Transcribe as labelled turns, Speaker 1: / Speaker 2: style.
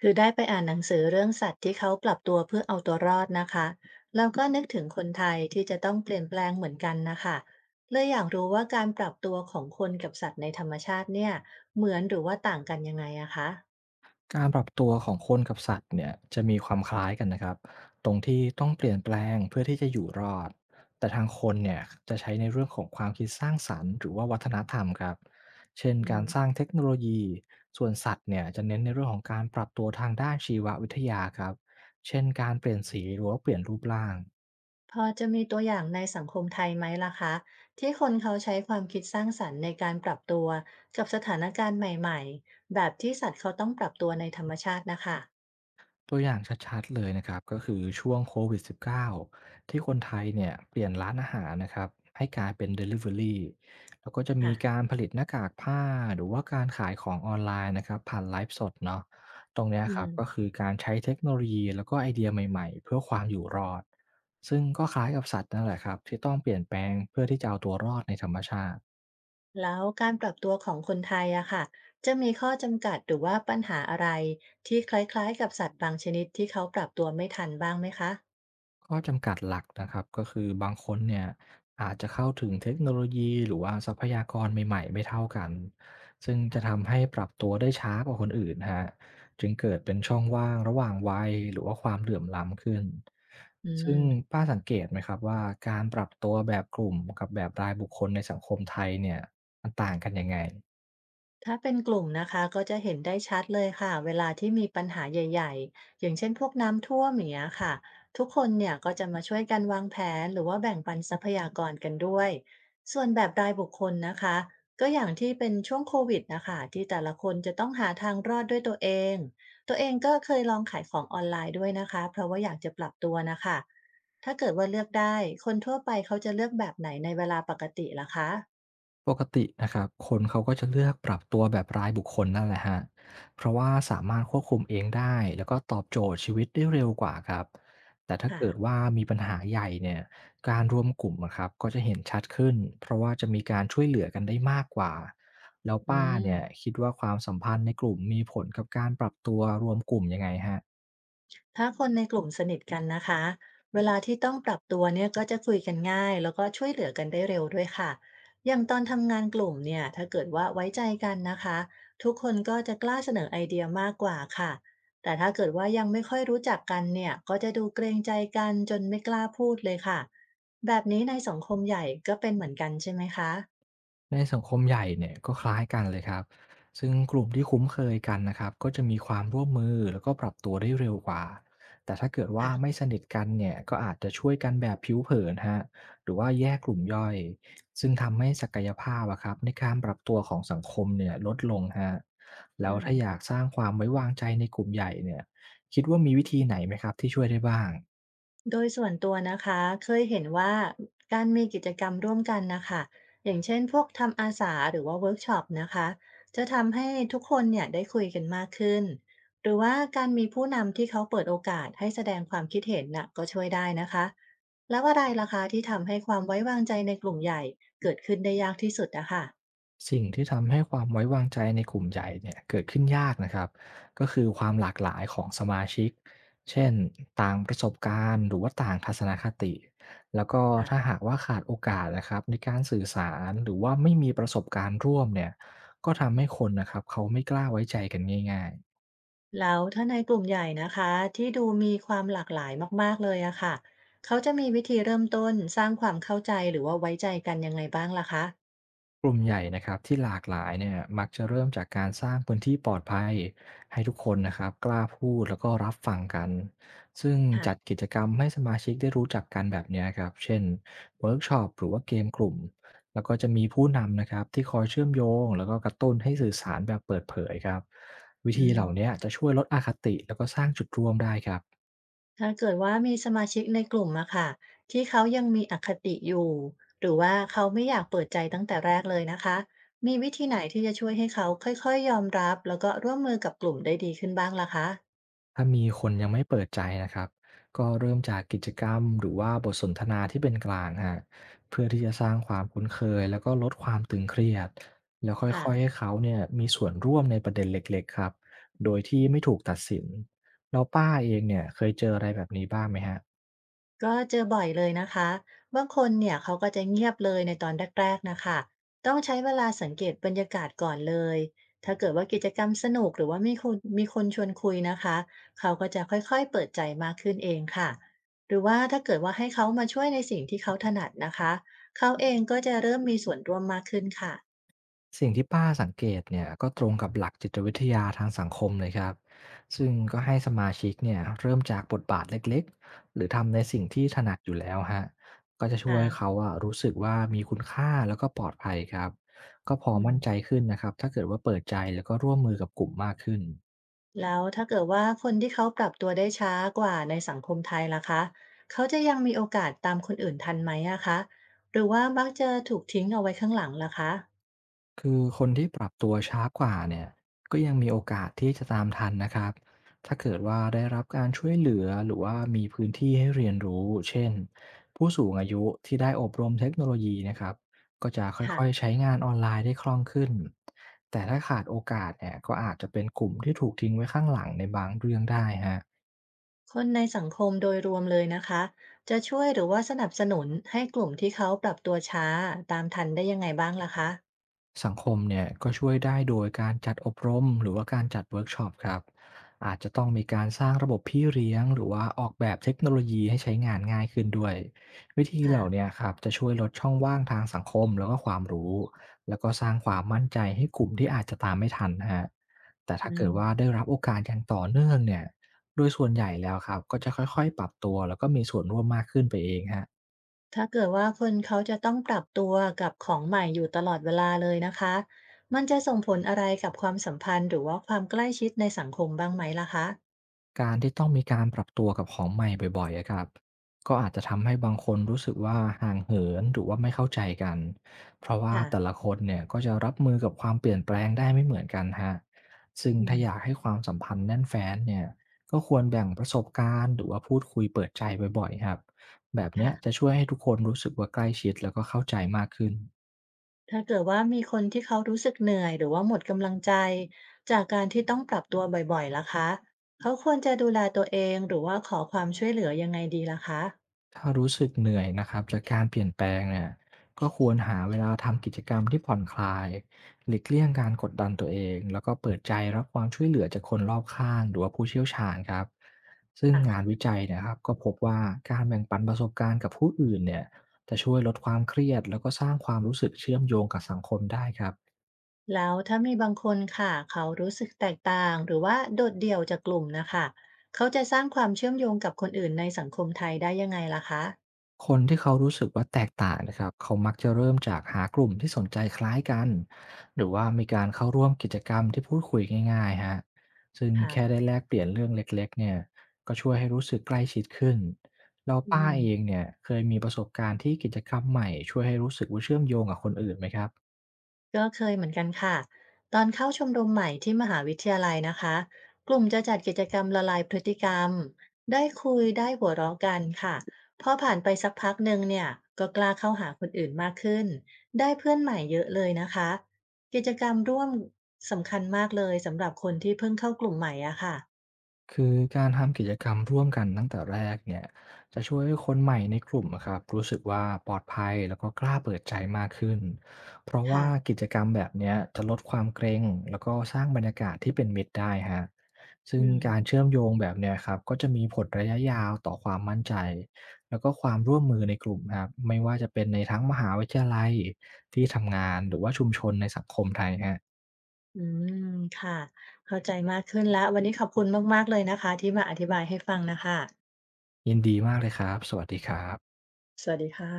Speaker 1: คือได้ไปอ่านหนังสือเรื่องสัตว์ที่เขาปรับตัวเพื่อเอาตัวรอดนะคะแล้วก็นึกถึงคนไทยที่จะต้องเปลี่ยนแปลงเหมือนกันนะคะเลยอยากรู้ว่าการปรับตัวของคนกับสัตว์ในธรรมชาติเนี่ยเหมือนหรือว่าต่างกันยังไงอะคะ
Speaker 2: การปรับตัวของคนกับสัตว์เนี่ยจะมีความคล้ายกันนะครับตรงที่ต้องเปลี่ยนแปลงเพื่อที่จะอยู่รอดแต่ทางคนเนี่ยจะใช้ในเรื่องของความคิดสร้างสรรค์หรือว่าวัฒนธรรมครับเช่น
Speaker 1: อื
Speaker 2: กา
Speaker 1: ม
Speaker 2: รสร้างเทคโนโลยีส่วนสัตว์เนี่ยจะเน้นในเรื่องของการปรับตัวทางด้านชีววิทยาครับเช่นการเปลี่ยนสีหรือว่าเปลี่ยนรูปร่าง
Speaker 1: พอจะมีตัวอย่างในสังคมไทยไหมล่ะคะที่คนเขาใช้ความคิดสร้างสรรค์ในการปรับตัวกับสถานการณ์ใหม่ๆแบบที่สัตว์เขาต้องปรับตัวในธรรมชาตินะคะ
Speaker 2: ตัวอย่างชัดๆเลยนะครับก็คือช่วงโควิด 19 ที่คนไทยเนี่ยเปลี่ยนร้านอาหารนะครับให้กลายเป็น Delivery แล้วก็จะมี
Speaker 1: ค่ะ
Speaker 2: การผลิตหน้ากากผ้าหรือว่าการขายของออนไลน์นะครับผ่านไลฟ์สดเนาะตรงเนี้ย
Speaker 1: อื
Speaker 2: ครับ
Speaker 1: ม
Speaker 2: ก็คือการใช้เทคโนโลยีแล้วก็ไอเดียใหม่ๆเพื่อความอยู่รอดซึ่งก็คล้ายกับสัตว์นั่นแหละครับที่ต้องเปลี่ยนแปลงเพื่อที่จะเอาตัวรอดในธรรมชาติ
Speaker 1: แล้วการปรับตัวของคนไทยอะค่ะจะมีข้อจำกัดหรือว่าปัญหาอะไรที่คล้ายๆกับสัตว์บางชนิดที่เขาปรับตัวไม่ทันบ้างไหมคะ
Speaker 2: ข้อจำกัดหลักนะครับก็คือบางคนเนี่ยอาจจะเข้าถึงเทคโนโลยีหรือว่าทรัพยากรใหม่ๆไม่เท่ากันซึ่งจะ
Speaker 1: อ่ะ
Speaker 2: ทำให้ปรับตัวได้ช้ากว่าคนอื่นฮะจึงเกิดเป็นช่องว่างระหว่างวัยหรือว่าความเหลื่อมล้ำขึ้น
Speaker 1: อืม
Speaker 2: ซึ่งป้าสังเกตไหมครับว่าการปรับตัวแบบกลุ่มกับแบบรายบุคคลในสังคมไทยเนี่ยมันต่างกันยังไง
Speaker 1: ถ้าเป็นกลุ่มนะคะก็จะเห็นได้ชัดเลยค่ะเวลาที่มีปัญหาใหญ่ๆอย่างเช่นพวกน้ำท่วมอย่างเงี้ยค่ะทุกคนเนี่ยก็จะมาช่วยกันวางแผนหรือว่าแบ่งปันทรัพยากรกันด้วยส่วนแบบรายบุคคลนะคะก็อย่างที่เป็นช่วงโควิดนะคะที่แต่ละคนจะต้องหาทางรอดด้วยตัวเองตัวเองก็เคยลองขายของออนไลน์ด้วยนะคะเพราะว่าอยากจะปรับตัวนะคะถ้าเกิดว่าเลือกได้คนทั่วไปเขาจะเลือกแบบไหนในเวลาปกติล่ะคะ
Speaker 2: ปกตินะครับคนเขาก็จะเลือกปรับตัวแบบรายบุคคลนั่นแหละฮะเพราะว่าสามารถควบคุมเองได้แล้วก็ตอบโจทย์ชีวิตได้เร็วกว่าครับแต่ถ้าเกิด
Speaker 1: ค่ะ
Speaker 2: ว่ามีปัญหาใหญ่เนี่ยการรวมกลุ่มนะครับก็จะเห็นชัดขึ้นเพราะว่าจะมีการช่วยเหลือกันได้มากกว่าแล้ว
Speaker 1: อื
Speaker 2: ป้าเนี่ย
Speaker 1: ม
Speaker 2: คิดว่าความสัมพันธ์ในกลุ่มมีผลกับการปรับตัวรวมกลุ่มยังไงฮะ
Speaker 1: ถ้าคนในกลุ่มสนิทกันนะคะเวลาที่ต้องปรับตัวเนี่ยก็จะคุยกันง่ายแล้วก็ช่วยเหลือกันได้เร็วด้วยค่ะอย่างตอนทำงานกลุ่มเนี่ยถ้าเกิดว่าไว้ใจกันนะคะทุกคนก็จะกล้าเสนอไอเดียมากกว่าค่ะแต่ถ้าเกิดว่ายังไม่ค่อยรู้จักกันเนี่ยก็จะดูเกรงใจกันจนไม่กล้าพูดเลยค่ะแบบนี้ในสังคมใหญ่ก็เป็นเหมือนกันใช่ไหมคะ
Speaker 2: ในสังคมใหญ่เนี่ยก็คล้ายกันเลยครับซึ่งกลุ่มที่คุ้นเคยกันนะครับก็จะมีความร่วมมือแล้วก็ปรับตัวได้เร็วกว่าแต่ถ้าเกิดว่าไม่
Speaker 1: ค่ะ
Speaker 2: สนิทกันเนี่ยก็อาจจะช่วยกันแบบผิวเผินฮะหรือว่าแยกกลุ่มย่อย ซึ่งทำให้ศักยภาพอะครับในการปรับตัวของสังคมเนี่ยลดลงฮะแล้ว
Speaker 1: อืม
Speaker 2: ถ้าอยากสร้างความไว้วางใจในกลุ่มใหญ่เนี่ยคิดว่ามีวิธีไหนไหมครับที่ช่วยได้บ้าง
Speaker 1: โดยส่วนตัวนะคะเคยเห็นว่าการมีกิจกรรมร่วมกันนะคะอย่างเช่นพวกทำอาสาหรือว่าเวิร์กช็อปนะคะจะทำให้ทุกคนเนี่ยได้คุยกันมากขึ้นหรือว่าการมีผู้นำที่เขาเปิดโอกาสให้แสดงความคิดเห็นน่ะก็ช่วยได้นะคะแล้วอะไรล่ะคะที่ทำให้ความไว้วางใจในกลุ่มใหญ่เกิดขึ้นได้ยากที่สุดนะคะ
Speaker 2: สิ่งที่ทำให้ความไว้วางใจในกลุ่มใหญ่เนี่ยเกิดขึ้นยากนะครับก็คือความหลากหลายของสมาชิกเช่นต่างประสบการณ์หรือว่าต่างทัศนคติแล้วก็ถ้าหากว่าขาดโอกาสนะครับในการสื่อสารหรือว่าไม่มีประสบการณ์ร่วมเนี่ยก็ทำให้คนนะครับเขาไม่กล้าไว้ใจกันง่ายๆ
Speaker 1: แล้วถ้าในกลุ่มใหญ่นะคะที่ดูมีความหลากหลายมากๆเลยอะค่ะเขาจะมีวิธีเริ่มต้นสร้างความเข้าใจหรือว่าไว้ใจกันยังไงบ้างล่ะคะ
Speaker 2: กลุ่มใหญ่นะครับที่หลากหลายเนี่ยมักจะเริ่มจากการสร้างพื้นที่ปลอดภัยให้ทุกคนนะครับกล้าพูดแล้วก็รับฟังกันซึ่ง
Speaker 1: ค่ะ
Speaker 2: จัดกิจกรรมให้สมาชิกได้รู้จักกันแบบเนี้ยครับเช่นเวิร์กช็อปหรือว่าเกมกลุ่มแล้วก็จะมีผู้นำนะครับที่คอยเชื่อมโยงแล้วก็กระตุ้นให้สื่อสารแบบเปิดเผยครับวิ
Speaker 1: อื
Speaker 2: ธีเห
Speaker 1: ม
Speaker 2: ล่าเนี้ยจะช่วยลดอคติแล้วก็สร้างจุดร่วมได้ครับ
Speaker 1: ถ้าเกิดว่ามีสมาชิกในกลุ่มอะค่ะที่เขายังมีอคติอยู่หรือว่าเขาไม่อยากเปิดใจตั้งแต่แรกเลยนะคะมีวิธีไหนที่จะช่วยให้เขาค่อยๆยอมรับแล้วก็ร่วมมือกับกลุ่มได้ดีขึ้นบ้างล่ะคะ
Speaker 2: ถ้ามีคนยังไม่เปิดใจนะครับก็เริ่มจากกิจกรรมหรือว่าบทสนทนาที่เป็นกลางฮะเพื่อที่จะสร้างความคุ้นเคยแล้วก็ลดความตึงเครียดแล้วค่
Speaker 1: ค่ะ
Speaker 2: อยๆให้เขาเนี่ยมีส่วนร่วมในประเด็นเล็กๆครับโดยที่ไม่ถูกตัดสินแล้วป้าเองเนี่ยเคยเจออะไรแบบนี้บ้างไหมฮะ
Speaker 1: ก็เจอบ่อยเลยนะคะบางคนเนี่ยเขาก็จะเงียบเลยในตอนแรกๆ นะคะ ต้องใช้เวลาสังเกตบรรยากาศก่อนเลย ถ้าเกิดว่ากิจกรรมสนุกหรือว่ามีคนชวนคุยนะคะเขาก็จะค่อยๆ เปิดใจมากขึ้นเองค่ะหรือว่าถ้าเกิดว่าให้เขามาช่วยในสิ่งที่เขาถนัดนะคะ เขาเองก็จะเริ่มมีส่วนร่วมมากขึ้นค่ะ
Speaker 2: สิ่งที่ป้าสังเกตเนี่ยก็ตรงกับหลักจิตวิทยาทางสังคมเลยครับซึ่งก็ให้สมาชิกเนี่ยเริ่มจากบทบาทเล็กๆหรือทำในสิ่งที่ถนัดอยู่แล้วฮะก็จะช่วยเขา
Speaker 1: ค่ะ
Speaker 2: อะรู้สึกว่ามีคุณค่าแล้วก็ปลอดภัยครับก็พอ
Speaker 1: อืม
Speaker 2: มั่นใจขึ้นนะครับถ้าเกิดว่าเปิดใจแล้วก็ร่วมมือกับกลุ่มมากขึ้น
Speaker 1: แล้วถ้าเกิดว่าคนที่เขาปรับตัวได้ช้ากว่าในสังคมไทยล่ะคะเขาจะยังมีโอกาสตามคนอื่นทันไหมอะคะหรือว่ามักจะถูกทิ้งเอาไว้ข้างหลังล่ะคะ
Speaker 2: คือคนที่ปรับตัวช้ากว่าเนี่ยก็ยังมีโอกาสที่จะตามทันนะครับถ้าเกิดว่าได้รับการช่วยเหลือหรือว่ามีพื้นที่ให้เรียนรู้เช่นผู้สูงอายุที่ได้อบรมเทคโนโลยีนะครับก็จะค่
Speaker 1: ค่ะ
Speaker 2: อยๆใช้งานออนไลน์ได้คล่องขึ้นแต่ถ้าขาดโอกาสเนี่ยก็อาจจะเป็นกลุ่มที่ถูกทิ้งไว้ข้างหลังในบางเรื่องได้ฮะ
Speaker 1: คนในสังคมโดยรวมเลยนะคะจะช่วยหรือว่าสนับสนุนให้กลุ่มที่เขาปรับตัวช้าตามทันได้ยังไงบ้างล่ะคะ
Speaker 2: สังคมเนี่ยก็ช่วยได้โดยการจัดอบรมหรือว่าการจัดเวิร์กช็อปครับอาจจะต้องมีการสร้างระบบพี่เลี้ยงหรือว่าออกแบบเทคโนโลยีให้ใช้งานง่ายขึ้นด้วยวิธีเหล่า
Speaker 1: ค่ะ
Speaker 2: เนี้ครับจะช่วยลดช่องว่างทางสังคมแล้วก็ความรู้แล้วก็สร้างความมั่นใจให้กลุ่มที่อาจจะตามไม่ทันนะฮะแต่
Speaker 1: อื
Speaker 2: ถ้าเกิดว่า
Speaker 1: ม
Speaker 2: ได้รับโอกาสอย่างต่อเนื่องเนี่ยโดยส่วนใหญ่แล้วครับก็จะค่อยๆปรับตัวแล้วก็มีส่วนร่วมมากขึ้นไปเองฮะ
Speaker 1: ถ้าเกิดว่าคนเขาจะต้องปรับตัวกับของใหม่อยู่ตลอดเวลาเลยนะคะมันจะส่งผลอะไรกับความสัมพันธ์หรือว่าความใกล้ชิดในสังคมบ้างไหมล่ะคะ
Speaker 2: การที่ต้องมีการปรับตัวกับของใหม่บ่อยๆอะครับก็อาจจะทำให้บางคนรู้สึกว่าห่างเหินหรือว่าไม่เข้าใจกันเพราะว่าแต่
Speaker 1: ค่ะ
Speaker 2: ละคนเนี่ยก็จะรับมือกับความเปลี่ยนแปลงได้ไม่เหมือนกันฮะซึ่ง
Speaker 1: อื
Speaker 2: ถ้าอยาก
Speaker 1: ม
Speaker 2: ให้ความสัมพันธ์แน่นแฟ้นเนี่ยก็ควรแบ่งประสบการณ์หรือว่าพูดคุยเปิดใจบ่อยๆครับแบบเนี้ย
Speaker 1: ค่ะ
Speaker 2: จะช่วยให้ทุกคนรู้สึกว่าใกล้ชิดแล้วก็เข้าใจมากขึ้น
Speaker 1: ถ้าเกิดว่ามีคนที่เขารู้สึกเหนื่อยหรือว่าหมดกำลังใจจากการที่ต้องปรับตัวบ่อยๆล่ะคะเขาควรจะดูแลตัวเองหรือว่าขอความช่วยเหลือยังไงดีล่ะคะ
Speaker 2: ถ้ารู้สึกเหนื่อยนะครับจากการเปลี่ยนแปลงเนี่ยก็ควรหาเวลาทำกิจกรรมที่ผ่อนคลายหลีกเลี่ยงการกดดันตัวเองแล้วก็เปิดใจรับความช่วยเหลือจากคนรอบข้างหรือว่าผู้เชี่ยวชาญครับซึ่ง
Speaker 1: ค่ะ
Speaker 2: งานวิจัยเนะครับก็พบว่าการแบ่งปันประสบการณ์กับผู้อื่นเนี่ยจะช่วยลดความเครียดแล้วก็สร้างความรู้สึกเชื่อมโยงกับสังคมได้ครับ
Speaker 1: แล้วถ้ามีบางคนค่ะเขารู้สึกแตกต่างหรือว่าโดดเดี่ยวจากกลุ่มน่ะค่ะเขาจะสร้างความเชื่อมโยงกับคนอื่นในสังคมไทยได้ยังไงล่ะคะ
Speaker 2: คนที่เขารู้สึกว่าแตกต่างนะครับเขามักจะเริ่มจากหากลุ่มที่สนใจคล้ายกันหรือว่ามีการเข้าร่วมกิจกรรมที่พูดคุยง่ายๆฮะซึ่ง
Speaker 1: ค่ะ
Speaker 2: แค่ได้แลกเปลี่ยนเรื่องเล็กๆเนี่ยก็ช่วยให้รู้สึกใกล้ชิดขึ้นเรา
Speaker 1: อื
Speaker 2: ป้าเอง
Speaker 1: ม
Speaker 2: เนี่ยเคยมีประสบการณ์ที่กิจกรรมใหม่ช่วยให้รู้สึกว่าเชื่อมโยงกับคนอื่นไหมครับ
Speaker 1: ก็เคยเหมือนกันค่ะตอนเข้าชมรมใหม่ที่มหาวิทยาลัยนะคะกลุ่มจะจัดกิจกรรมละลายพฤติกรรมได้คุยได้หัวเราะกันค่ะพอผ่านไปสักพักหนึ่งเนี่ยก็กล้าเข้าหาคนอื่นมากขึ้นได้เพื่อนใหม่เยอะเลยนะคะกิจกรรมร่วมสำคัญมากเลยสำหรับคนที่เพิ่งเข้ากลุ่มใหม่อะค่ะ
Speaker 2: คือการทำกิจกรรมร่วมกันตั้งแต่แรกเนี่ยจะช่วยให้คนใหม่ในกลุ่มอะครับรู้สึกว่าปลอดภัยแล้วก็กล้าเปิดใจมากขึ้นเพราะว่า
Speaker 1: ค่ะ
Speaker 2: กิจกรรมแบบเนี้ยจะลดความเกรงแล้วก็สร้างบรรยากาศที่เป็นมิตรได้ฮะซึ่ง
Speaker 1: อืม
Speaker 2: การเชื่อมโยงแบบเนี้ยครับก็จะมีผลระยะยาวต่อความมั่นใจแล้วก็ความร่วมมือในกลุ่มนะครับไม่ว่าจะเป็นในทั้งมหาวิทยาลัยที่ทำงานหรือว่าชุมชนในสังคมไทยฮะ
Speaker 1: อืมค่ะเข้าใจมากขึ้นแล้ววันนี้ขอบคุณมากๆเลยนะคะที่มาอธิบายให้ฟังนะคะ
Speaker 2: ยินดีมากเลยครับสวัสดีครับ
Speaker 1: สวัสดีค่ะ